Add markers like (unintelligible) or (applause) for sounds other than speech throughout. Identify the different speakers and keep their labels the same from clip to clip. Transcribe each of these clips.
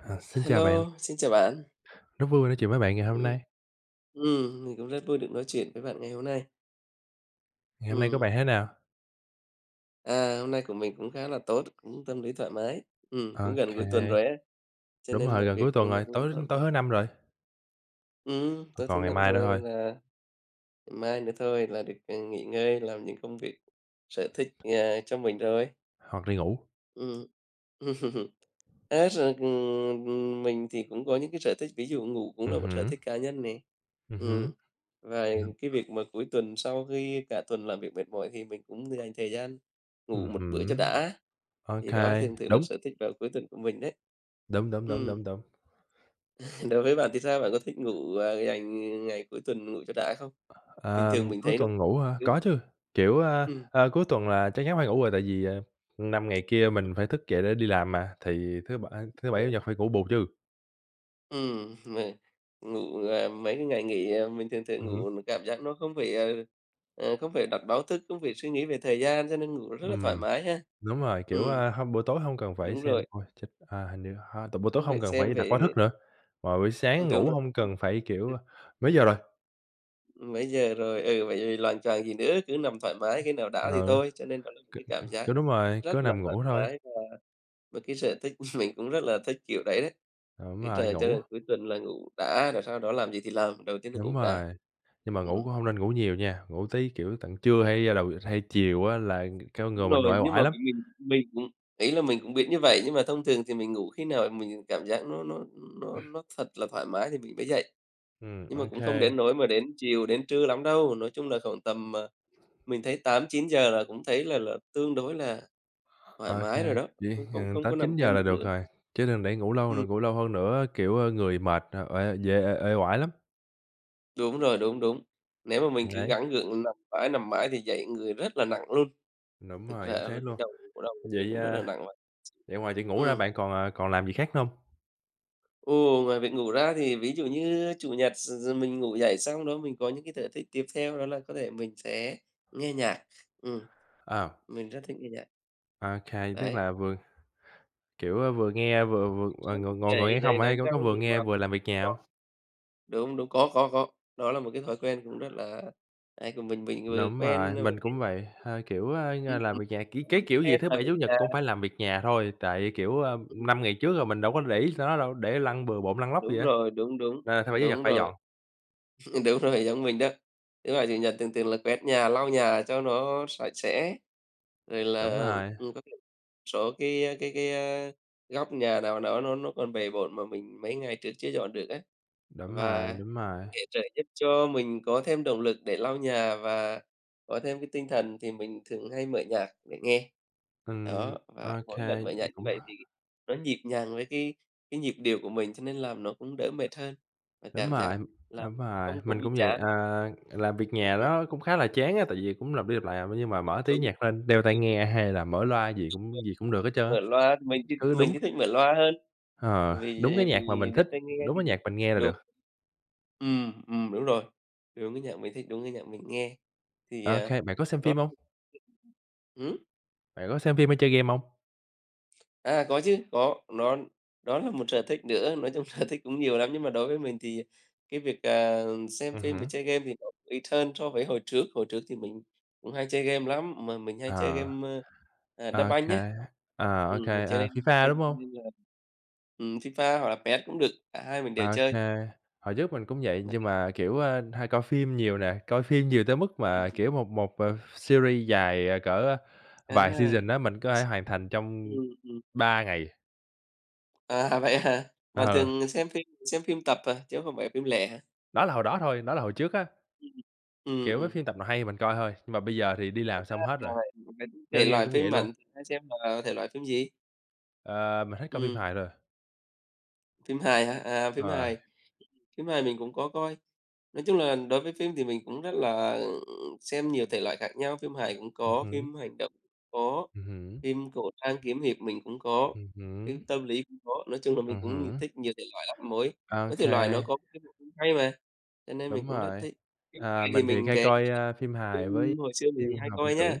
Speaker 1: À, xin chào bạn,
Speaker 2: Hello, xin chào bạn.
Speaker 1: rất vui nói chuyện với bạn ngày hôm
Speaker 2: Ừ,
Speaker 1: nay.
Speaker 2: mình cũng rất vui được nói chuyện với bạn ngày hôm nay.
Speaker 1: Ngày hôm nay của
Speaker 2: Ừm,
Speaker 1: bạn thế nào?
Speaker 2: À, hôm nay của mình cũng khá là tốt, cũng tâm lý thoải mái. Ừ, cũng gần
Speaker 1: Ok,
Speaker 2: cuối tuần rồi á, cho
Speaker 1: đúng
Speaker 2: nên
Speaker 1: rồi,
Speaker 2: mọi
Speaker 1: gần
Speaker 2: việc
Speaker 1: cuối tuần
Speaker 2: cũng nó
Speaker 1: rồi,
Speaker 2: cũng
Speaker 1: tối
Speaker 2: thoải
Speaker 1: tối
Speaker 2: mái.
Speaker 1: thứ Năm rồi,
Speaker 2: Ừ, tối thứ
Speaker 1: còn ngày
Speaker 2: Năm
Speaker 1: mai nữa
Speaker 2: rồi
Speaker 1: thôi,
Speaker 2: nên là mai nữa thôi là được, nghỉ ngơi, làm những công việc sở thích, à, cho mình rồi.
Speaker 1: hoặc đi ngủ.
Speaker 2: Ừm. Á, (laughs) rồi, mình thì cũng có những cái sở thích, ví dụ ngủ cũng là một sở
Speaker 1: Hứm,
Speaker 2: thích cá nhân này.
Speaker 1: hứm,
Speaker 2: Ừm, và
Speaker 1: ừm,
Speaker 2: cái việc mà cuối tuần sau khi cả tuần làm việc mệt mỏi thì mình cũng dành thời gian ngủ một bữa cho
Speaker 1: hứm,
Speaker 2: đã, thì đó thường thường là
Speaker 1: đúng,
Speaker 2: sở thích vào cuối tuần của mình đấy.
Speaker 1: đúng, đúng, đúng,
Speaker 2: Ừm,
Speaker 1: đúng, đúng.
Speaker 2: (laughs) Đối với bạn thì sao? Bạn có thích ngủ, à, dành ngày cuối tuần ngủ cho đã không? Bình thường
Speaker 1: Ờm,
Speaker 2: mình
Speaker 1: cuối
Speaker 2: thấy nó
Speaker 1: tuần ngủ hả?
Speaker 2: đúng.
Speaker 1: Có chứ, kiểu,
Speaker 2: Ừm,
Speaker 1: cuối tuần là chắc chắn phải ngủ rồi tại vì, 5 ngày kia mình phải thức dậy để đi làm mà, thì thứ Bảy, Chủ nhật phải ngủ bù chứ.
Speaker 2: Mà ngủ, à, mấy cái ngày nghỉ, à, mình thường thường
Speaker 1: Hứm,
Speaker 2: ngủ nó cảm giác nó không phải, không phải đặt báo thức, không phải suy nghĩ về thời gian cho nên ngủ rất là thoải
Speaker 1: ừm.
Speaker 2: mái ha.
Speaker 1: Đúng rồi, kiểu,
Speaker 2: Ừ,
Speaker 1: hông buổi tối hông cần phải
Speaker 2: đúng
Speaker 1: xem
Speaker 2: rồi,
Speaker 1: ôi, chết, à, hình như ha, buổi tối
Speaker 2: không
Speaker 1: hông
Speaker 2: phải
Speaker 1: cần
Speaker 2: xem
Speaker 1: phải đặt báo
Speaker 2: về
Speaker 1: thức nữa, mà buổi sáng
Speaker 2: đúng
Speaker 1: ngủ
Speaker 2: rồi,
Speaker 1: hông cần phải, kiểu, mấy giờ rồi?
Speaker 2: mấy giờ rồi, ừ, vậy thì loạng choạng gì nữa, cứ nằm thoải mái, khi nào đã thì
Speaker 1: Ừ,
Speaker 2: thôi, cho nên đó là một
Speaker 1: c
Speaker 2: cái cảm giác
Speaker 1: cứ đúng rồi,
Speaker 2: rất
Speaker 1: cứ
Speaker 2: là
Speaker 1: nằm
Speaker 2: thoải
Speaker 1: ngủ thôi,
Speaker 2: mái và một cái sở thích (laughs) mình cũng rất là thích kiểu đấy đấy.
Speaker 1: đúng
Speaker 2: Cứ
Speaker 1: rồi,
Speaker 2: chờ cho
Speaker 1: ngủ,
Speaker 2: đến cuối tuần là ngủ đã, rồi sau đó làm gì thì làm, đầu tiên là
Speaker 1: đúng
Speaker 2: ngủ đã.
Speaker 1: rồi, nhưng mà ngủ
Speaker 2: Ừm.
Speaker 1: cũng hông nên ngủ nhiều nha, ngủ tí, kiểu, tận trưa hay đầu hay chiều á là cái
Speaker 2: Đúng
Speaker 1: người mình
Speaker 2: rồi,
Speaker 1: uể
Speaker 2: nhưng mà
Speaker 1: oải lắm.
Speaker 2: mình cũng ý là mình cũng biết như vậy, nhưng mà thông thường thì mình ngủ khi nào mình cảm giác nó thật là thoải mái thì mình mới dậy,
Speaker 1: Ừm,
Speaker 2: nhưng
Speaker 1: ô
Speaker 2: mà cũng
Speaker 1: kê,
Speaker 2: không đến nỗi mà đến chiều, đến trưa lắm đâu. Nói chung là khoảng tầm, à, mình thấy 8-9 giờ là cũng thấy là tương đối là thoải
Speaker 1: ô
Speaker 2: mái
Speaker 1: kê,
Speaker 2: rồi đó, không
Speaker 1: ừ,
Speaker 2: không không có nằm
Speaker 1: 8:00-9:00
Speaker 2: thêm
Speaker 1: là
Speaker 2: được
Speaker 1: được
Speaker 2: nữa.
Speaker 1: rồi, chứ đừng để ngủ lâu
Speaker 2: Ừm,
Speaker 1: nữa, ngủ lâu hơn nữa, kiểu, người mệt, uể dễ uể uể oải lắm,
Speaker 2: đúng rồi, đúng, đúng. Nếu mà mình cứ
Speaker 1: đấy,
Speaker 2: gắng gượng nằm mãi thì dậy người rất là nặng luôn.
Speaker 1: đúng
Speaker 2: Thực
Speaker 1: rồi,
Speaker 2: ra
Speaker 1: chính
Speaker 2: là
Speaker 1: xác
Speaker 2: cái
Speaker 1: luôn.
Speaker 2: đầu đầu của mình
Speaker 1: Vậy,
Speaker 2: cũng rất là
Speaker 1: a,
Speaker 2: nặng vậy.
Speaker 1: vậy ngoài chạy ngủ ra
Speaker 2: Ừ.
Speaker 1: bạn còn làm gì khác nữa hông?
Speaker 2: Ồ, ngoài việc ngủ ra thì ví dụ như Chủ nhật rồi mình ngủ dậy xong đó mình có những cái sở thích tiếp theo đó là có thể mình sẽ nghe nhạc. Ừm,
Speaker 1: Ờ,
Speaker 2: mình rất thích nghe nhạc,
Speaker 1: OK, tức
Speaker 2: đấy.
Speaker 1: là vừa, kiểu, vừa nghe vừa vừa, ờ,
Speaker 2: Sớm thức
Speaker 1: ngồi ngồi ngồi
Speaker 2: dậy
Speaker 1: nghe
Speaker 2: dậy
Speaker 1: không à, hay
Speaker 2: đánh
Speaker 1: có
Speaker 2: răng
Speaker 1: có vừa
Speaker 2: rửa
Speaker 1: nghe
Speaker 2: mặt
Speaker 1: vừa làm việc nhà
Speaker 2: đó.
Speaker 1: hông?
Speaker 2: Đúng, đúng, có, có. Đó là một cái thói quen cũng rất là ấy của mình vừa
Speaker 1: Đúng rồi,
Speaker 2: quen,
Speaker 1: mình cũng vậy, kiểu, làm
Speaker 2: ừm,
Speaker 1: việc nhà, cái kiểu gì
Speaker 2: quen
Speaker 1: thứ
Speaker 2: là
Speaker 1: Bảy, Chủ
Speaker 2: mình,
Speaker 1: nhật
Speaker 2: à.
Speaker 1: cũng phải làm việc nhà thôi, tại, kiểu,
Speaker 2: Ừm,
Speaker 1: 5 ngày trước rồi mình đâu có để ý tới nó đâu, để lăn bừa bộn lăn lóc gì
Speaker 2: đúng
Speaker 1: á,
Speaker 2: rồi, đúng, đúng,
Speaker 1: nên là thứ Bảy, Chủ nhật
Speaker 2: đúng
Speaker 1: phải
Speaker 2: rồi.
Speaker 1: dọn.
Speaker 2: (laughs) Đúng rồi, giống mình đó. Thứ Bảy, Chủ nhật thường thường là quét nhà, lau nhà cho nó sạch sẽ, rồi là,
Speaker 1: Đúng rồi,
Speaker 2: có một số cái, cái, góc nhà nào đó nó còn bề bộn mà mình mấy ngày trước chưa dọn được á.
Speaker 1: đúng
Speaker 2: Và
Speaker 1: rồi, đúng rồi.
Speaker 2: để trợ giúp cho mình có thêm động lực để lau nhà và có thêm cái tinh thần thì mình thường hay mở nhạc để nghe. Đó, và
Speaker 1: OK,
Speaker 2: mỗi lần mở nhạc
Speaker 1: vậy
Speaker 2: như
Speaker 1: cũng
Speaker 2: vậy thì nó nhịp nhàng với cái nhịp điệu của mình cho nên làm nó cũng đỡ mệt hơn và
Speaker 1: đúng
Speaker 2: cảm giác
Speaker 1: rồi,
Speaker 2: làm
Speaker 1: đúng rồi,
Speaker 2: không có
Speaker 1: mình
Speaker 2: bị
Speaker 1: cũng vậy,
Speaker 2: chán.
Speaker 1: làm việc nhà
Speaker 2: Ừm,
Speaker 1: đó cũng khá là chán á, tại vì cũng lặp đi lặp lại à, nhưng mà mở tí
Speaker 2: đúng,
Speaker 1: nhạc lên, đeo tai nghe hay là mở loa gì
Speaker 2: mình
Speaker 1: cũng gì cũng được hết trơn á,
Speaker 2: mở loa mình thì
Speaker 1: cứ
Speaker 2: mình
Speaker 1: đúng
Speaker 2: thì thích mở loa hơn,
Speaker 1: ờ,
Speaker 2: vì
Speaker 1: đúng cái nhạc mà
Speaker 2: vì
Speaker 1: mình
Speaker 2: đeo
Speaker 1: thích,
Speaker 2: tai nghe
Speaker 1: đúng
Speaker 2: thì
Speaker 1: cái nhạc mình nghe là
Speaker 2: đúng,
Speaker 1: được.
Speaker 2: đúng rồi, đúng cái nhạc mình thích, đúng cái nhạc mình nghe thì,
Speaker 1: Ok,
Speaker 2: à,
Speaker 1: kê, bạn có xem
Speaker 2: đó.
Speaker 1: phim hông?
Speaker 2: Ừm?
Speaker 1: Bạn có xem phim hay chơi game hông?
Speaker 2: À, có chứ, có, nó đó là một sở thích nữa, nói chung (laughs) sở thích cũng nhiều lắm, nhưng mà đối với mình thì cái việc, à, xem phim và
Speaker 1: Hứm,
Speaker 2: chơi game thì nó ít hơn so với hồi trước. Hồi trước thì mình cũng hay chơi game lắm, mà mình hay chơi
Speaker 1: ờ,
Speaker 2: game, à, đá
Speaker 1: ô
Speaker 2: banh nhá.
Speaker 1: kê, ờ, ô
Speaker 2: Mình chơi game đá
Speaker 1: FIFA,
Speaker 2: banh
Speaker 1: đúng
Speaker 2: cho
Speaker 1: hông?
Speaker 2: nên là FIFA hoặc là PES cũng được, cả hai mình
Speaker 1: Ô
Speaker 2: đều chơi.
Speaker 1: Hồi trước mình cũng vậy, nhưng mà, kiểu, hay coi phim nhiều nè, coi phim nhiều tới mức mà,
Speaker 2: (laughs)
Speaker 1: kiểu, một một, ờ, series dài, cỡ vài
Speaker 2: À,
Speaker 1: season á, mình có thể hoàn thành trong
Speaker 2: ừm, ừm.
Speaker 1: 3 ngày.
Speaker 2: À, vậy hả? Bạn
Speaker 1: Ờ,
Speaker 2: thường xem phim tập à, chứ không phải phim lẻ hả?
Speaker 1: đó là hồi đó thôi, đó là hồi trước á,
Speaker 2: Ừ,
Speaker 1: kiểu,
Speaker 2: ừ.
Speaker 1: mấy phim tập nào hay mình coi thôi, nhưng mà bây giờ thì đi làm xong hết rồi.
Speaker 2: Rồi, về thể
Speaker 1: Chơi game
Speaker 2: loại
Speaker 1: cũng
Speaker 2: phim
Speaker 1: vậy luôn,
Speaker 2: mạnh thì hay xem là thể loại phim gì?
Speaker 1: ờ, mình hết coi phim
Speaker 2: Ừm,
Speaker 1: hài rồi.
Speaker 2: phim hài hả? À, phim
Speaker 1: Ờ,
Speaker 2: hài. Phim hài mình cũng có coi. Nói chung là đối với phim thì mình cũng rất là xem nhiều thể loại khác nhau, phim hài cũng có,
Speaker 1: hứm,
Speaker 2: phim hành động cũng có,
Speaker 1: hứm,
Speaker 2: phim cổ trang kiếm hiệp mình cũng có,
Speaker 1: hứm,
Speaker 2: phim tâm lý cũng có. Nói chung là mình cũng
Speaker 1: hứm.
Speaker 2: thích nhiều thể loại lắm, mỗi
Speaker 1: Ô
Speaker 2: mỗi thể loại nó có cái bộ phim hay mà, cho nên mình
Speaker 1: đúng
Speaker 2: cũng rất
Speaker 1: rồi.
Speaker 2: thích. Phim
Speaker 1: À,
Speaker 2: hài thì
Speaker 1: mình thì
Speaker 2: mình
Speaker 1: hay
Speaker 2: sẽ
Speaker 1: coi, phim hài với
Speaker 2: phim hồi xưa
Speaker 1: phim
Speaker 2: mình
Speaker 1: khoa
Speaker 2: hay
Speaker 1: học viễn
Speaker 2: coi
Speaker 1: tưởng.
Speaker 2: nhá.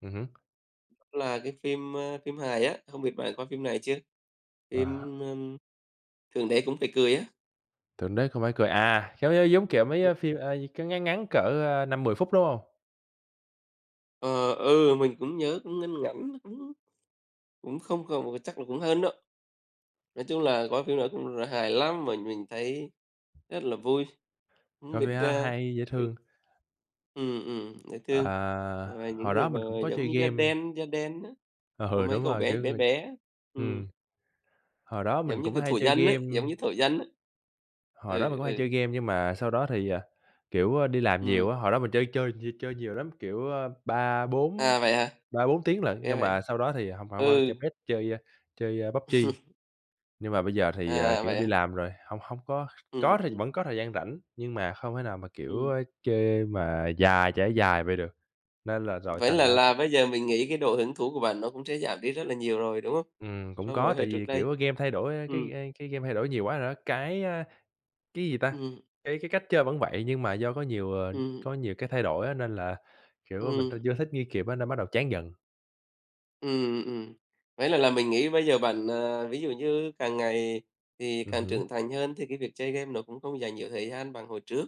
Speaker 1: Hứm.
Speaker 2: Là cái phim, phim hài á, không biết bạn coi phim này chưa?
Speaker 1: À,
Speaker 2: Phim, Thượng Đế Cũng Phải Cười á.
Speaker 1: Thượng Đế Không Phải Cười, giống giống giống kiểu mấy, phim, cái ngắn ngắn cỡ, 5-10 phút, đúng không?
Speaker 2: Ờ, ừ, mình cũng nhớ cũng ngăn ngắn, cũng cũng không còn chắc là cũng hơn đó. Nói chung là coi phim đó cũng là hài lắm, mà mình thấy rất là vui, không
Speaker 1: Coi
Speaker 2: biết,
Speaker 1: phim đó
Speaker 2: ra
Speaker 1: hay dễ
Speaker 2: cái.
Speaker 1: thương.
Speaker 2: Ừ, dễ
Speaker 1: Ờ,
Speaker 2: thương. Và những
Speaker 1: hồi
Speaker 2: người
Speaker 1: đó
Speaker 2: mà
Speaker 1: mình cũng có
Speaker 2: giống
Speaker 1: chơi
Speaker 2: như
Speaker 1: game.
Speaker 2: da đen á,
Speaker 1: Ờ,
Speaker 2: có
Speaker 1: ừ,
Speaker 2: mấy
Speaker 1: đúng
Speaker 2: cậu
Speaker 1: rồi,
Speaker 2: bé
Speaker 1: kiểu,
Speaker 2: bé
Speaker 1: người.
Speaker 2: bé, ừ
Speaker 1: ừm, Hồi đó
Speaker 2: giống
Speaker 1: mình
Speaker 2: như,
Speaker 1: cũng
Speaker 2: kiểu,
Speaker 1: hay
Speaker 2: thổ
Speaker 1: chơi
Speaker 2: dân ấy,
Speaker 1: game,
Speaker 2: giống như thổ dân ấy.
Speaker 1: hồi đó mình
Speaker 2: Ừ,
Speaker 1: cũng hay
Speaker 2: ừ,
Speaker 1: chơi game nhưng mà sau đó thì, kiểu, đi làm
Speaker 2: ừ.
Speaker 1: nhiều á, hồi đó mình chơi chơi nh chơi nhiều lắm, kiểu, 3, 4
Speaker 2: À, vậy hả?
Speaker 1: 3, 4 tiếng lận,
Speaker 2: Ra
Speaker 1: nhưng
Speaker 2: vậy.
Speaker 1: mà sau đó thì không hông
Speaker 2: Ừ.
Speaker 1: chơi PES, chơi, PUBG. Nhưng mà bây giờ thì, kiểu, đi
Speaker 2: À?
Speaker 1: làm rồi, hông hông có
Speaker 2: Ừm,
Speaker 1: có thì vẫn có thời gian rảnh, nhưng mà không thể nào mà, kiểu,
Speaker 2: ừm.
Speaker 1: chơi mà dài, trải dài vậy được. Nên là rồi
Speaker 2: Vậy
Speaker 1: thành
Speaker 2: là
Speaker 1: ra
Speaker 2: là
Speaker 1: cũng
Speaker 2: bây giờ mình nghĩ cái độ hứng thú của bạn nó cũng sẽ giảm đi rất là nhiều rồi, đúng không.
Speaker 1: cũng
Speaker 2: So với
Speaker 1: có,
Speaker 2: hồi
Speaker 1: tại
Speaker 2: trước
Speaker 1: vì,
Speaker 2: đây.
Speaker 1: kiểu, game thay đổi,
Speaker 2: Ừm,
Speaker 1: cái game thay đổi nhiều quá rồi đó. Cái, a, cái gì ta,
Speaker 2: ừm,
Speaker 1: cái cách chơi vẫn vậy, nhưng mà do có nhiều, ờ,
Speaker 2: ừm,
Speaker 1: có nhiều cái thay đổi á, nên là, kiểu, mình
Speaker 2: ừm,
Speaker 1: chưa thích nghi kịp á, nên bắt đầu chán dần.
Speaker 2: ừm, ừm. Vậy là mình nghĩ bây giờ bạn, à, ví dụ như càng ngày thì càng
Speaker 1: Hứm,
Speaker 2: trưởng thành hơn thì cái việc chơi game nó cũng không dành nhiều thời gian bằng hồi trước.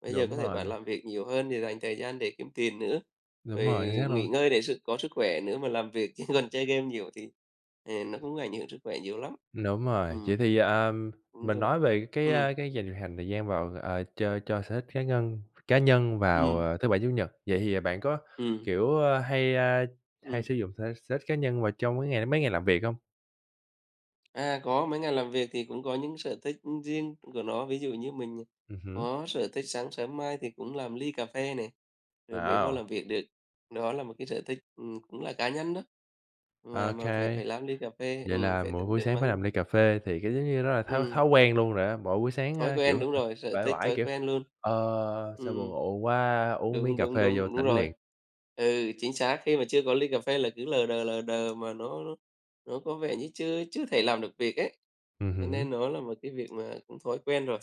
Speaker 2: Bây giờ có
Speaker 1: đúng
Speaker 2: thể
Speaker 1: rồi,
Speaker 2: bạn làm việc nhiều hơn thì dành thời gian để kiếm tiền nữa,
Speaker 1: đúng
Speaker 2: rồi
Speaker 1: rồi, chính xác
Speaker 2: nghỉ
Speaker 1: luôn.
Speaker 2: ngơi để sự có sức khỏe nữa mà làm việc, (laughs) chứ còn chơi game nhiều thì, nó cũng ảnh hưởng sức khỏe nhiều lắm.
Speaker 1: Đúng rồi,
Speaker 2: Ừm.
Speaker 1: vậy thì,
Speaker 2: Đúng
Speaker 1: mình
Speaker 2: rồi.
Speaker 1: nói về cái,
Speaker 2: Ừ,
Speaker 1: a, cái dành thời gian vào, cho sở thích cá nhân vào,
Speaker 2: ừ,
Speaker 1: thứ Bảy, Chủ nhật. Vậy thì bạn có,
Speaker 2: ừ,
Speaker 1: kiểu, hay
Speaker 2: ừm.
Speaker 1: sử dụng sở sở thích cá nhân vào trong cái ngày mấy ngày làm việc không?
Speaker 2: À, có, mấy ngày làm việc thì cũng có những sở thích riêng của nó, ví dụ như mình
Speaker 1: Hứm,
Speaker 2: có sở thích sáng sớm mai thì cũng làm ly cà phê này, rồi mới vô
Speaker 1: wow,
Speaker 2: làm việc được. Đó là một cái sở thích, cũng là cá nhân đó, mà
Speaker 1: ô
Speaker 2: mà phải phải làm ly cà phê,
Speaker 1: vậy là
Speaker 2: phải
Speaker 1: mỗi
Speaker 2: tính
Speaker 1: buổi
Speaker 2: đến
Speaker 1: sáng phải
Speaker 2: mang.
Speaker 1: làm ly cà phê thì cái, giống như, đó là thói
Speaker 2: Ừm,
Speaker 1: thói quen luôn rồi á, mỗi buổi sáng,
Speaker 2: thói quen,
Speaker 1: kiểu,
Speaker 2: đúng rồi, sở
Speaker 1: uể
Speaker 2: thích,
Speaker 1: oải,
Speaker 2: thói
Speaker 1: kiểu,
Speaker 2: quen luôn.
Speaker 1: "Ờ, sao buồn
Speaker 2: Ừm.
Speaker 1: ngủ quá", uống miếng
Speaker 2: Đúng,
Speaker 1: cà
Speaker 2: đúng,
Speaker 1: phê vô
Speaker 2: đúng, đúng
Speaker 1: tỉnh
Speaker 2: rồi.
Speaker 1: liền.
Speaker 2: Ừ, chính xác, khi mà chưa có ly cà phê là cứ lờ đờ mà nó có vẻ như chưa chưa thể làm được việc ấy, cho
Speaker 1: Hứm,
Speaker 2: nên nó là một cái việc mà cũng thói quen rồi.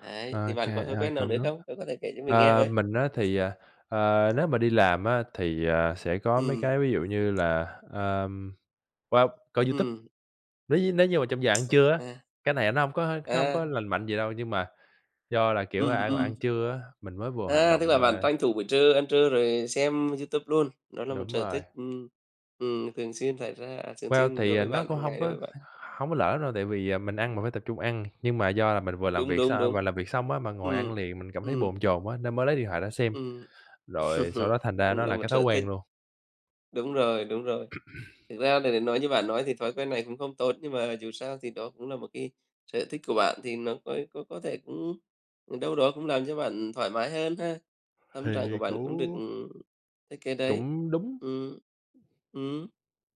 Speaker 2: Đấy,
Speaker 1: ô
Speaker 2: thì bạn
Speaker 1: kê,
Speaker 2: có thói
Speaker 1: a,
Speaker 2: quen nào nữa không? Bạn có thể kể cho mình nghe
Speaker 1: Ờ,
Speaker 2: với.
Speaker 1: mình á thì, nếu mà đi làm á thì, sẽ có mấy
Speaker 2: Ừm,
Speaker 1: cái ví dụ như là, wow, coi YouTube.
Speaker 2: ừm,
Speaker 1: Nếu như mà trong giờ ăn trưa á,
Speaker 2: à,
Speaker 1: cái này nó hông có
Speaker 2: à,
Speaker 1: lành mạnh gì đâu, nhưng mà do là, kiểu, ăn
Speaker 2: ừm.
Speaker 1: ăn trưa á, mình mới vừa hành
Speaker 2: À,
Speaker 1: động
Speaker 2: tức là bạn
Speaker 1: mà
Speaker 2: tranh thủ buổi trưa, ăn trưa rồi xem YouTube luôn, đó là một
Speaker 1: đúng
Speaker 2: sở thích,
Speaker 1: rồi.
Speaker 2: thường xuyên xảy ra à, thường
Speaker 1: Well,
Speaker 2: xuyên
Speaker 1: thì,
Speaker 2: đối với
Speaker 1: nó
Speaker 2: bạn,
Speaker 1: cũng
Speaker 2: hàng
Speaker 1: hông
Speaker 2: ngày đối với
Speaker 1: có
Speaker 2: bạn.
Speaker 1: hông có lỡ đâu, tại vì, mình ăn mình phải tập trung ăn, nhưng mà do là mình vừa làm
Speaker 2: Đúng,
Speaker 1: việc
Speaker 2: đúng,
Speaker 1: xong
Speaker 2: đúng.
Speaker 1: vừa làm việc xong á, mà ngồi
Speaker 2: Ừm,
Speaker 1: ăn liền mình cảm thấy
Speaker 2: ừm,
Speaker 1: bồn chồn quá nên mới lấy điện thoại ra xem,
Speaker 2: ừm.
Speaker 1: rồi sau
Speaker 2: (laughs)
Speaker 1: đó thành ra
Speaker 2: Cũng
Speaker 1: nó
Speaker 2: là
Speaker 1: là
Speaker 2: một
Speaker 1: cái thói
Speaker 2: sở
Speaker 1: quen
Speaker 2: thích,
Speaker 1: luôn.
Speaker 2: đúng rồi, đúng rồi. Thực ra để nói như bạn nói thì thói quen này cũng không tốt, nhưng mà dù sao thì đó cũng là một cái sở thích của bạn thì nó có thể cũng đâu đó cũng làm cho bạn thoải mái hơn ha. Tâm trạng của
Speaker 1: Thì
Speaker 2: bạn cũng được,
Speaker 1: cũng
Speaker 2: cái đấy.
Speaker 1: cũng đúng.
Speaker 2: Ừ, ừ.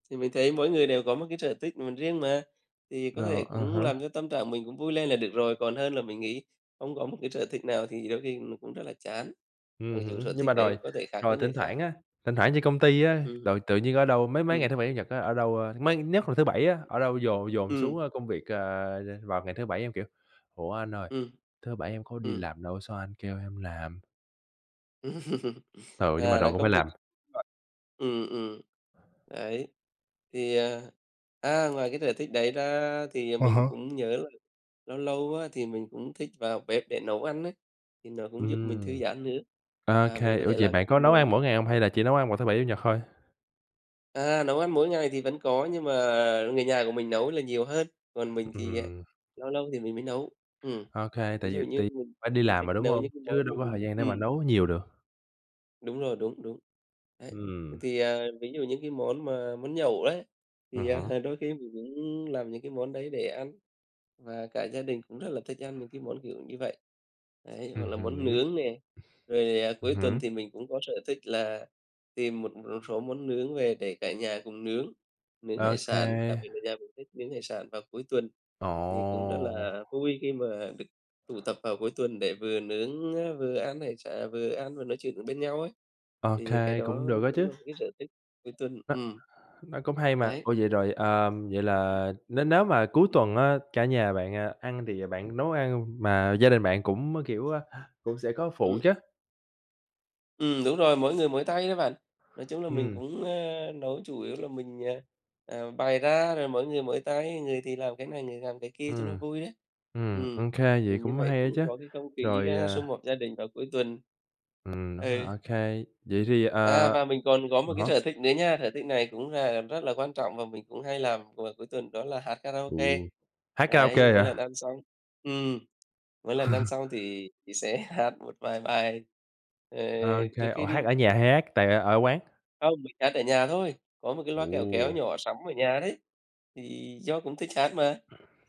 Speaker 2: Thì mình thấy mỗi người đều có một cái sở thích mình riêng mà, thì có
Speaker 1: Rồi,
Speaker 2: thể
Speaker 1: à
Speaker 2: cũng
Speaker 1: há.
Speaker 2: làm cho tâm trạng mình cũng vui lên là được rồi, còn hơn là mình nghĩ không có một cái sở thích nào thì đôi khi nó cũng rất là chán, mặc dù
Speaker 1: Hứm,
Speaker 2: sở
Speaker 1: nhưng
Speaker 2: thích
Speaker 1: mà rồi
Speaker 2: đấy có thể khác với
Speaker 1: rồi
Speaker 2: người
Speaker 1: thỉnh
Speaker 2: khác.
Speaker 1: thoảng á, thỉnh thoảng trên công ty á,
Speaker 2: Ừm,
Speaker 1: rồi tự nhiên ở đâu mấy mấy
Speaker 2: ừm,
Speaker 1: ngày thứ Bảy, Chủ nhật á, ở đâu, mấy nhất là thứ Bảy á, ở đâu dồn dồn xuống,
Speaker 2: ừm,
Speaker 1: công việc, vào ngày thứ Bảy, em kiểu: "Ủa anh ơi,
Speaker 2: ừm,
Speaker 1: thứ Bảy em có đi
Speaker 2: ừm.
Speaker 1: làm đâu, sao anh kêu em làm?"
Speaker 2: (laughs)
Speaker 1: Ừ, nhưng mà
Speaker 2: À, là
Speaker 1: rồi cũng phải
Speaker 2: công việc
Speaker 1: làm.
Speaker 2: (unintelligible) rồi. Ừm, ừm. Đấy, thì, à, ngoài cái sở thích đấy ra thì
Speaker 1: À
Speaker 2: mình
Speaker 1: há.
Speaker 2: cũng nhớ là lâu lâu á thì mình cũng thích vào bếp để nấu ăn ấy, thì nó cũng giúp mình thư
Speaker 1: Ừm,
Speaker 2: giãn nữa
Speaker 1: ô
Speaker 2: và mình
Speaker 1: kê.
Speaker 2: có
Speaker 1: Ủa
Speaker 2: thể
Speaker 1: vậy
Speaker 2: làm những
Speaker 1: bạn
Speaker 2: cái
Speaker 1: có nấu
Speaker 2: món
Speaker 1: ăn mỗi ngày hông hay là chỉ nấu ăn vào thứ Bảy, Chủ nhật thôi?
Speaker 2: à, nấu ăn mỗi ngày thì vẫn có nhưng mà người nhà của mình nấu là nhiều hơn, còn mình thì, à,
Speaker 1: Ừm,
Speaker 2: lâu lâu thì mình mới nấu. Ừ.
Speaker 1: ô kê,
Speaker 2: Ví
Speaker 1: tại
Speaker 2: dụ
Speaker 1: vì
Speaker 2: như
Speaker 1: tại
Speaker 2: mình
Speaker 1: phải đi
Speaker 2: mình
Speaker 1: làm
Speaker 2: thích
Speaker 1: mà, đúng
Speaker 2: nấu
Speaker 1: hông?
Speaker 2: những cái món
Speaker 1: Chứ
Speaker 2: mà
Speaker 1: đâu có
Speaker 2: mình
Speaker 1: thời gian để mà
Speaker 2: ừ.
Speaker 1: nấu nhiều được.
Speaker 2: Đúng rồi, đúng, đúng. Đấy,
Speaker 1: Ừm,
Speaker 2: thì, ví dụ những cái món mà món nhậu đấy, thì,
Speaker 1: hứm,
Speaker 2: (laughs) đôi khi mình cũng làm những cái món đấy để ăn, và cả gia đình cũng rất là thích ăn những cái món kiểu như vậy. Đấy, hoặc là món
Speaker 1: hứm,
Speaker 2: nướng nè, rồi, cuối tuần
Speaker 1: hứm.
Speaker 2: thì mình cũng có sở thích là tìm một một số món nướng về để cả nhà cùng nướng, nướng
Speaker 1: Ô
Speaker 2: hải
Speaker 1: kê.
Speaker 2: sản, đặc biệt là nhà mình thích nướng hải sản vào cuối tuần,
Speaker 1: Ồ,
Speaker 2: thì cũng rất là vui khi mà được tụ tập vào cuối tuần để vừa nướng á, vừa ăn hải sản à, vừa ăn và nói chuyện bên nhau ấy.
Speaker 1: ô
Speaker 2: Thì cái
Speaker 1: kê, cũng
Speaker 2: đó
Speaker 1: được đó
Speaker 2: cũng
Speaker 1: chứ,
Speaker 2: là một cái sở thích cuối tuần.
Speaker 1: nó nó cũng hay mà.
Speaker 2: Đấy.
Speaker 1: Ủa, vậy rồi, vậy
Speaker 2: Ừm,
Speaker 1: là nếu nếu mà cuối
Speaker 2: ừm,
Speaker 1: tuần á, cả nhà bạn, ăn thì bạn nấu ăn hông? Mà gia đình bạn cũng, kiểu, cũng sẽ có phụ
Speaker 2: ừm,
Speaker 1: chứ?
Speaker 2: ừm, đúng rồi, mỗi người mỗi tay đó bạn. Nói chung là mình
Speaker 1: Ừm,
Speaker 2: cũng, ơ, nấu chủ yếu là mình, bày ra rồi mỗi người mỗi tay, người thì làm cái này, người làm cái kia cho nó
Speaker 1: ừm,
Speaker 2: vui đấy. Ừm,
Speaker 1: ô kê,
Speaker 2: thì
Speaker 1: vậy
Speaker 2: như
Speaker 1: cũng
Speaker 2: vậy
Speaker 1: hay
Speaker 2: cũng
Speaker 1: á chứ.
Speaker 2: có cái không khí,
Speaker 1: Rồi,
Speaker 2: a, sum họp gia đình vào cuối tuần. Ừ,
Speaker 1: đúng rồi, ô kê. Vậy thì,
Speaker 2: và mình còn có một cái
Speaker 1: hả?
Speaker 2: sở thích nữa nha, sở thích này cũng là rất là quan trọng và mình cũng hay làm vào cuối tuần đó là hát
Speaker 1: Ồ,
Speaker 2: karaoke.
Speaker 1: hát
Speaker 2: Đấy,
Speaker 1: karaoke
Speaker 2: mỗi lần
Speaker 1: hả?
Speaker 2: ăn xong ừm. Mỗi lần ăn xong thì chị sẽ (laughs) hát một vài bài, ờ,
Speaker 1: Ô
Speaker 2: trước
Speaker 1: kê, ủa,
Speaker 2: khi đi
Speaker 1: hát ở nhà hay hát tại ở quán?
Speaker 2: không, mình hát ở nhà thôi, có một cái loa kéo kéo
Speaker 1: Ồ,
Speaker 2: nhỏ sắm ở nhà đấy, thì do cũng thích hát mà,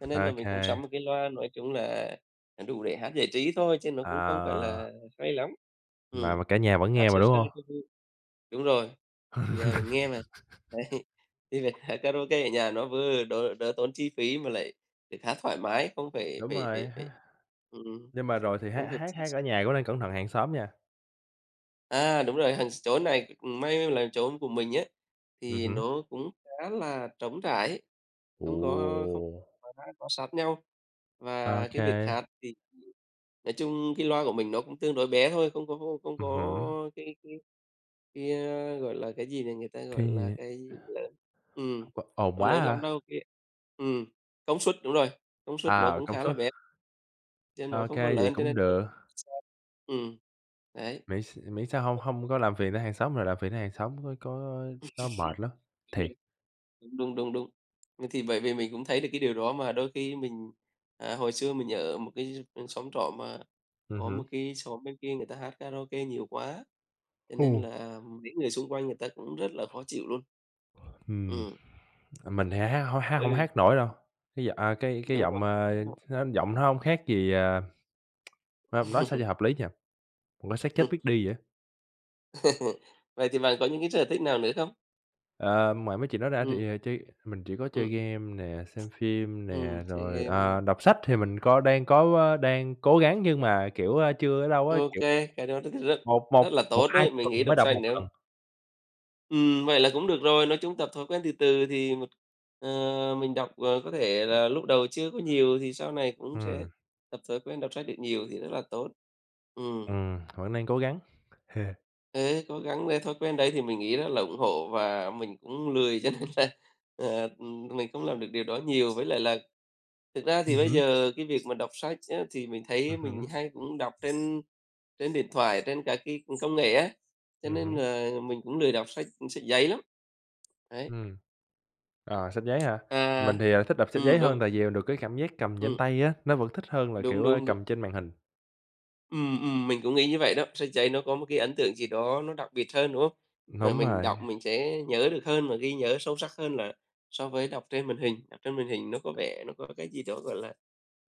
Speaker 2: cho
Speaker 1: ô
Speaker 2: nên là mình cũng sắm
Speaker 1: kê,
Speaker 2: một cái loa nói chung là đủ để hát giải trí thôi, chứ nó cũng không phải
Speaker 1: à.
Speaker 2: là hay lắm.
Speaker 1: Mà
Speaker 2: Ừm,
Speaker 1: mà cả nhà vẫn
Speaker 2: hát
Speaker 1: nghe mà,
Speaker 2: sơ
Speaker 1: đúng
Speaker 2: sơ
Speaker 1: hông?
Speaker 2: cho vui. Đúng rồi, nhà mình nghe mà. (laughs) Đấy, thì việc hát karaoke ở nhà nó vừa đỡ đỡ tốn chi phí mà lại được hát thoải mái, không phải
Speaker 1: Đúng
Speaker 2: phải phải
Speaker 1: rồi,
Speaker 2: phải
Speaker 1: ha,
Speaker 2: ừm,
Speaker 1: nhưng mà rồi thì hát
Speaker 2: không phải
Speaker 1: hát
Speaker 2: chi
Speaker 1: hát ở nhà cũng nên cẩn thận hàng xóm nha.
Speaker 2: À, đúng rồi, hàng chỗ này, may là chỗ của mình ấy, thì
Speaker 1: Hứm.
Speaker 2: nó cũng khá là trống trải, không có
Speaker 1: Ồ!
Speaker 2: không quá bó sát nhau.
Speaker 1: Ô
Speaker 2: Và cái
Speaker 1: kê,
Speaker 2: việc hát thì nói chung cái loa của mình nó cũng tương đối bé thôi, không có không không
Speaker 1: hứm,
Speaker 2: có a, gọi là, cái gì này người ta gọi
Speaker 1: cái
Speaker 2: là
Speaker 1: gì?
Speaker 2: cái gì lớn ừm,
Speaker 1: Hông có ồn
Speaker 2: nó
Speaker 1: quá
Speaker 2: lớn lắm
Speaker 1: hả?
Speaker 2: đâu, cái ừm, công suất đúng rồi, công suất nó
Speaker 1: À,
Speaker 2: cũng
Speaker 1: công
Speaker 2: khá là
Speaker 1: suất,
Speaker 2: bé, chứ nó
Speaker 1: ô
Speaker 2: không có
Speaker 1: kê, vậy
Speaker 2: lớn cho
Speaker 1: cũng
Speaker 2: nên
Speaker 1: được,
Speaker 2: ừm, đấy.
Speaker 1: miễn sao hông hông có làm phiền tới hàng xóm, rồi làm phiền tới hàng xóm có nó mệt lắm, thiệt.
Speaker 2: Đúng, đúng, đúng, đúng. Nên thì bởi vì mình cũng thấy được cái điều đó mà đôi khi mình hồi xưa mình ở một cái xóm trọ mà có một
Speaker 1: Hứm.
Speaker 2: cái xóm bên kia người ta hát karaoke nhiều quá, cho
Speaker 1: Ồ.
Speaker 2: nên là mấy người xung quanh người ta cũng rất là khó chịu luôn.
Speaker 1: Ừm,
Speaker 2: Ừm,
Speaker 1: mình thì hát hông hát hông
Speaker 2: ừ,
Speaker 1: hát nổi đâu, cái
Speaker 2: đúng rồi.
Speaker 1: giọng, nó giọng nó hông khác gì, nói sao cho
Speaker 2: (laughs)
Speaker 1: hợp lý nhỉ? Một cái xác chết biết đi vậy.
Speaker 2: Vậy thì bạn có những cái sở thích nào nữa không?
Speaker 1: Ờ, ngoài mấy chuyện đó ra
Speaker 2: Ừm,
Speaker 1: thì, mình chỉ có
Speaker 2: ừm,
Speaker 1: chơi game nè, xem phim nè,
Speaker 2: chơi
Speaker 1: rồi,
Speaker 2: game này.
Speaker 1: đọc sách thì mình có đang có, ơ, đang cố gắng nhưng mà, kiểu, chưa ở đâu á,
Speaker 2: Ok,
Speaker 1: kiểu,
Speaker 2: cái đó rất rất
Speaker 1: một
Speaker 2: rất
Speaker 1: một
Speaker 2: là
Speaker 1: một
Speaker 2: tốt
Speaker 1: hai
Speaker 2: đấy, mình nghĩ
Speaker 1: tuần
Speaker 2: đọc
Speaker 1: mới đọc
Speaker 2: sách
Speaker 1: một
Speaker 2: nếu
Speaker 1: lần.
Speaker 2: Vậy là cũng được rồi, nói chung tập thói quen từ từ thì một ờ, mình đọc, ờ, có thể là lúc đầu chưa có nhiều thì sau này cũng sẽ
Speaker 1: Ừm,
Speaker 2: tập thói quen đọc sách được nhiều thì rất là tốt. Ừ,
Speaker 1: vẫn đang cố gắng. (laughs)
Speaker 2: thế cố gắng cái thói quen đấy thì mình nghĩ rất là ủng hộ và mình cũng lười cho (laughs) nên là, ờ, mình không làm được điều đó nhiều. Với lại là thực ra thì bây
Speaker 1: Hứm,
Speaker 2: giờ cái việc mà đọc sách á, thì mình thấy mình
Speaker 1: hứm,
Speaker 2: hay cũng đọc trên trên điện thoại, trên cả cái công nghệ á, cho nên
Speaker 1: hứm,
Speaker 2: là mình cũng lười đọc sách sách giấy lắm. Đấy.
Speaker 1: ừm. Sách giấy hả?
Speaker 2: À,
Speaker 1: Mình thì, thích đọc sách giấy hơn
Speaker 2: đúng,
Speaker 1: tại vì được cái cảm giác cầm trên
Speaker 2: ừm,
Speaker 1: tay á, nó vẫn thích hơn là,
Speaker 2: đúng,
Speaker 1: kiểu,
Speaker 2: đúng, đúng.
Speaker 1: cầm trên màn hình.
Speaker 2: Mình cũng nghĩ như vậy đó. Sách giấy nó có một cái ấn tượng gì đó nó đặc biệt hơn, đúng không? Mà
Speaker 1: Đúng
Speaker 2: mình
Speaker 1: rồi.
Speaker 2: đọc mình sẽ nhớ được hơn và ghi nhớ sâu sắc hơn là so với đọc trên màn hình. Đọc trên màn hình nó có vẻ nó có cái gì đó, gọi là,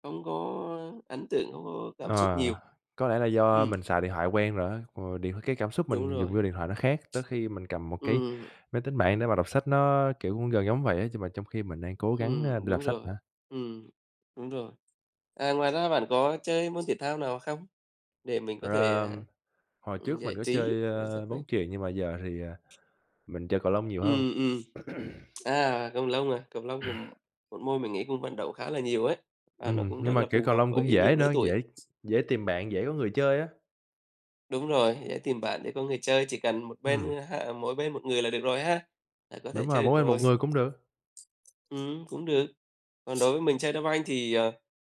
Speaker 2: không có ấn tượng, không có cảm xúc
Speaker 1: Ờ,
Speaker 2: nhiều.
Speaker 1: có lẽ là do
Speaker 2: Ừm,
Speaker 1: mình xài điện thoại quen rồi á, cái cảm xúc
Speaker 2: đúng
Speaker 1: mình dùng
Speaker 2: rồi.
Speaker 1: vô điện thoại nó khác, tới khi mình cầm một cái
Speaker 2: Ừm,
Speaker 1: máy tính bảng để mà đọc sách nó, kiểu, cũng gần giống vậy á, nhưng mà trong khi mình đang cố gắng, để
Speaker 2: đúng
Speaker 1: đọc sách
Speaker 2: rồi.
Speaker 1: hả?
Speaker 2: Ừm, đúng rồi. À, ngoài ra bạn có chơi môn thể thao nào không để mình có
Speaker 1: Rồi
Speaker 2: thể,
Speaker 1: hồi trước
Speaker 2: giải
Speaker 1: mình có
Speaker 2: trí?
Speaker 1: chơi, bóng chuyền nhưng mà giờ thì, mình chơi cầu lông nhiều hơn.
Speaker 2: Ừm, ừm. À? Cầu lông cũng một môn mình nghĩ cũng vận động khá là nhiều ấy, và nó cũng rất
Speaker 1: Nhưng mà,
Speaker 2: là
Speaker 1: kiểu,
Speaker 2: phù
Speaker 1: cầu
Speaker 2: hợp
Speaker 1: lông cũng
Speaker 2: với nhiều
Speaker 1: dễ
Speaker 2: lứa
Speaker 1: nữa,
Speaker 2: tuổi.
Speaker 1: dễ dễ tìm bạn, dễ có người chơi á.
Speaker 2: Đúng rồi, để tìm bạn để có người chơi, chỉ cần một bên
Speaker 1: Ừm,
Speaker 2: ha mỗi bên một người là được rồi ha, là có thể
Speaker 1: đúng rồi,
Speaker 2: chơi được
Speaker 1: mỗi bên
Speaker 2: rồi.
Speaker 1: một người cũng được.
Speaker 2: Cũng được. Còn đối với mình chơi đá banh thì, ờ,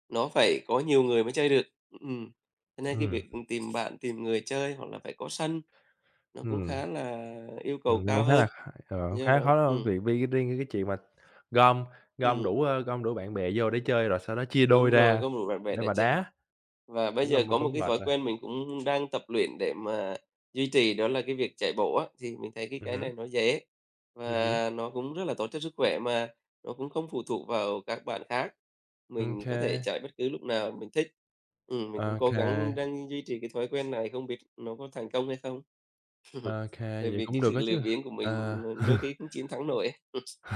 Speaker 2: nó phải có nhiều người mới chơi được. Ừm, cho nên cái
Speaker 1: Ừm,
Speaker 2: việc tìm bạn, tìm người chơi hoặc là phải có sân, nó cũng
Speaker 1: ừm.
Speaker 2: khá là yêu cầu
Speaker 1: Nó cũng
Speaker 2: cao
Speaker 1: khá
Speaker 2: hơn.
Speaker 1: là kh ờ,
Speaker 2: Do
Speaker 1: khá
Speaker 2: đó
Speaker 1: khó, đúng
Speaker 2: ừ
Speaker 1: hông? Vì riêng cái chuyện mà gom gom
Speaker 2: ừ
Speaker 1: đủ, ơ, gom đủ bạn bè vô để chơi rồi sau đó chia đôi
Speaker 2: Đúng rồi,
Speaker 1: ra
Speaker 2: không rủ bạn bè
Speaker 1: để
Speaker 2: để
Speaker 1: mà
Speaker 2: chơi.
Speaker 1: đá,
Speaker 2: Và bây
Speaker 1: cũng là
Speaker 2: giờ
Speaker 1: m
Speaker 2: có một
Speaker 1: cũng
Speaker 2: cái
Speaker 1: mệt
Speaker 2: thói
Speaker 1: rồi.
Speaker 2: quen mình cũng đang tập luyện để mà duy trì đó là cái việc chạy bộ á, thì mình thấy cái cái
Speaker 1: Hứm,
Speaker 2: này nó dễ
Speaker 1: hứm.
Speaker 2: và nó cũng rất là tốt cho sức khỏe mà nó cũng không phụ thuộc vào các bạn khác.
Speaker 1: Ô
Speaker 2: Mình có
Speaker 1: kê,
Speaker 2: thể chạy bất cứ lúc nào mình thích. Mình
Speaker 1: ô
Speaker 2: cũng cố
Speaker 1: kê,
Speaker 2: gắng đang duy trì cái thói quen này, không biết nó có thành công hay không?
Speaker 1: ô kê,
Speaker 2: Bởi
Speaker 1: vậy
Speaker 2: vì
Speaker 1: cũng
Speaker 2: cái
Speaker 1: được
Speaker 2: sự
Speaker 1: á
Speaker 2: lười
Speaker 1: chứ.
Speaker 2: biếng của
Speaker 1: Ờ,
Speaker 2: mình, đôi khi cũng
Speaker 1: (laughs)
Speaker 2: chiến thắng nổi ấy. (laughs)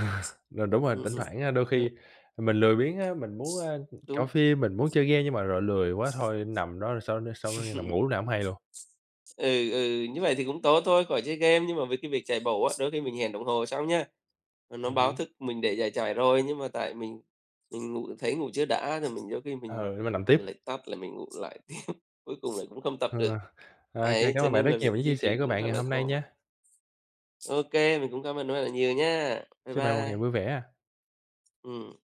Speaker 1: rồi đúng rồi,
Speaker 2: Ừm,
Speaker 1: thỉnh
Speaker 2: ừm,
Speaker 1: thoảng, đôi
Speaker 2: đó,
Speaker 1: khi mình lười biếng á, mình muốn, coi
Speaker 2: đúng
Speaker 1: phim, mình muốn chơi game nhưng mà rồi lười quá thôi nằm đó rồi sau đó nằm ngủ lúc nào hổng hay luôn.
Speaker 2: Ừ, ừ, như vậy thì cũng tốt thôi, khỏi chơi game. Nhưng mà với cái việc chạy bộ á, đôi khi mình hẹn đồng hồ xong nhá, mà nó báo
Speaker 1: Hứm,
Speaker 2: thức mình để giải chạy rồi, nhưng mà tại mình ngủ thấy ngủ chưa đã rồi mình đôi khi
Speaker 1: ừ, để mình nằm tiếp.
Speaker 2: lại tắt là mình ngủ lại, (laughs) cuối cùng lại cũng không tập được.
Speaker 1: Ờ, ô kê,
Speaker 2: Đấy,
Speaker 1: cảm
Speaker 2: cho
Speaker 1: ơn bạn
Speaker 2: nên
Speaker 1: rất
Speaker 2: là
Speaker 1: nhiều
Speaker 2: việc
Speaker 1: về những chia
Speaker 2: duy
Speaker 1: sẻ
Speaker 2: trì
Speaker 1: của
Speaker 2: cũng
Speaker 1: bạn
Speaker 2: rất
Speaker 1: ngày
Speaker 2: là
Speaker 1: hôm nay
Speaker 2: khó.
Speaker 1: nha.
Speaker 2: Ok, mình cũng cảm ơn bạn rất là nhiều nha. Bye
Speaker 1: Chúc bạn một ngày
Speaker 2: bye.
Speaker 1: vui vẻ.
Speaker 2: Ừ.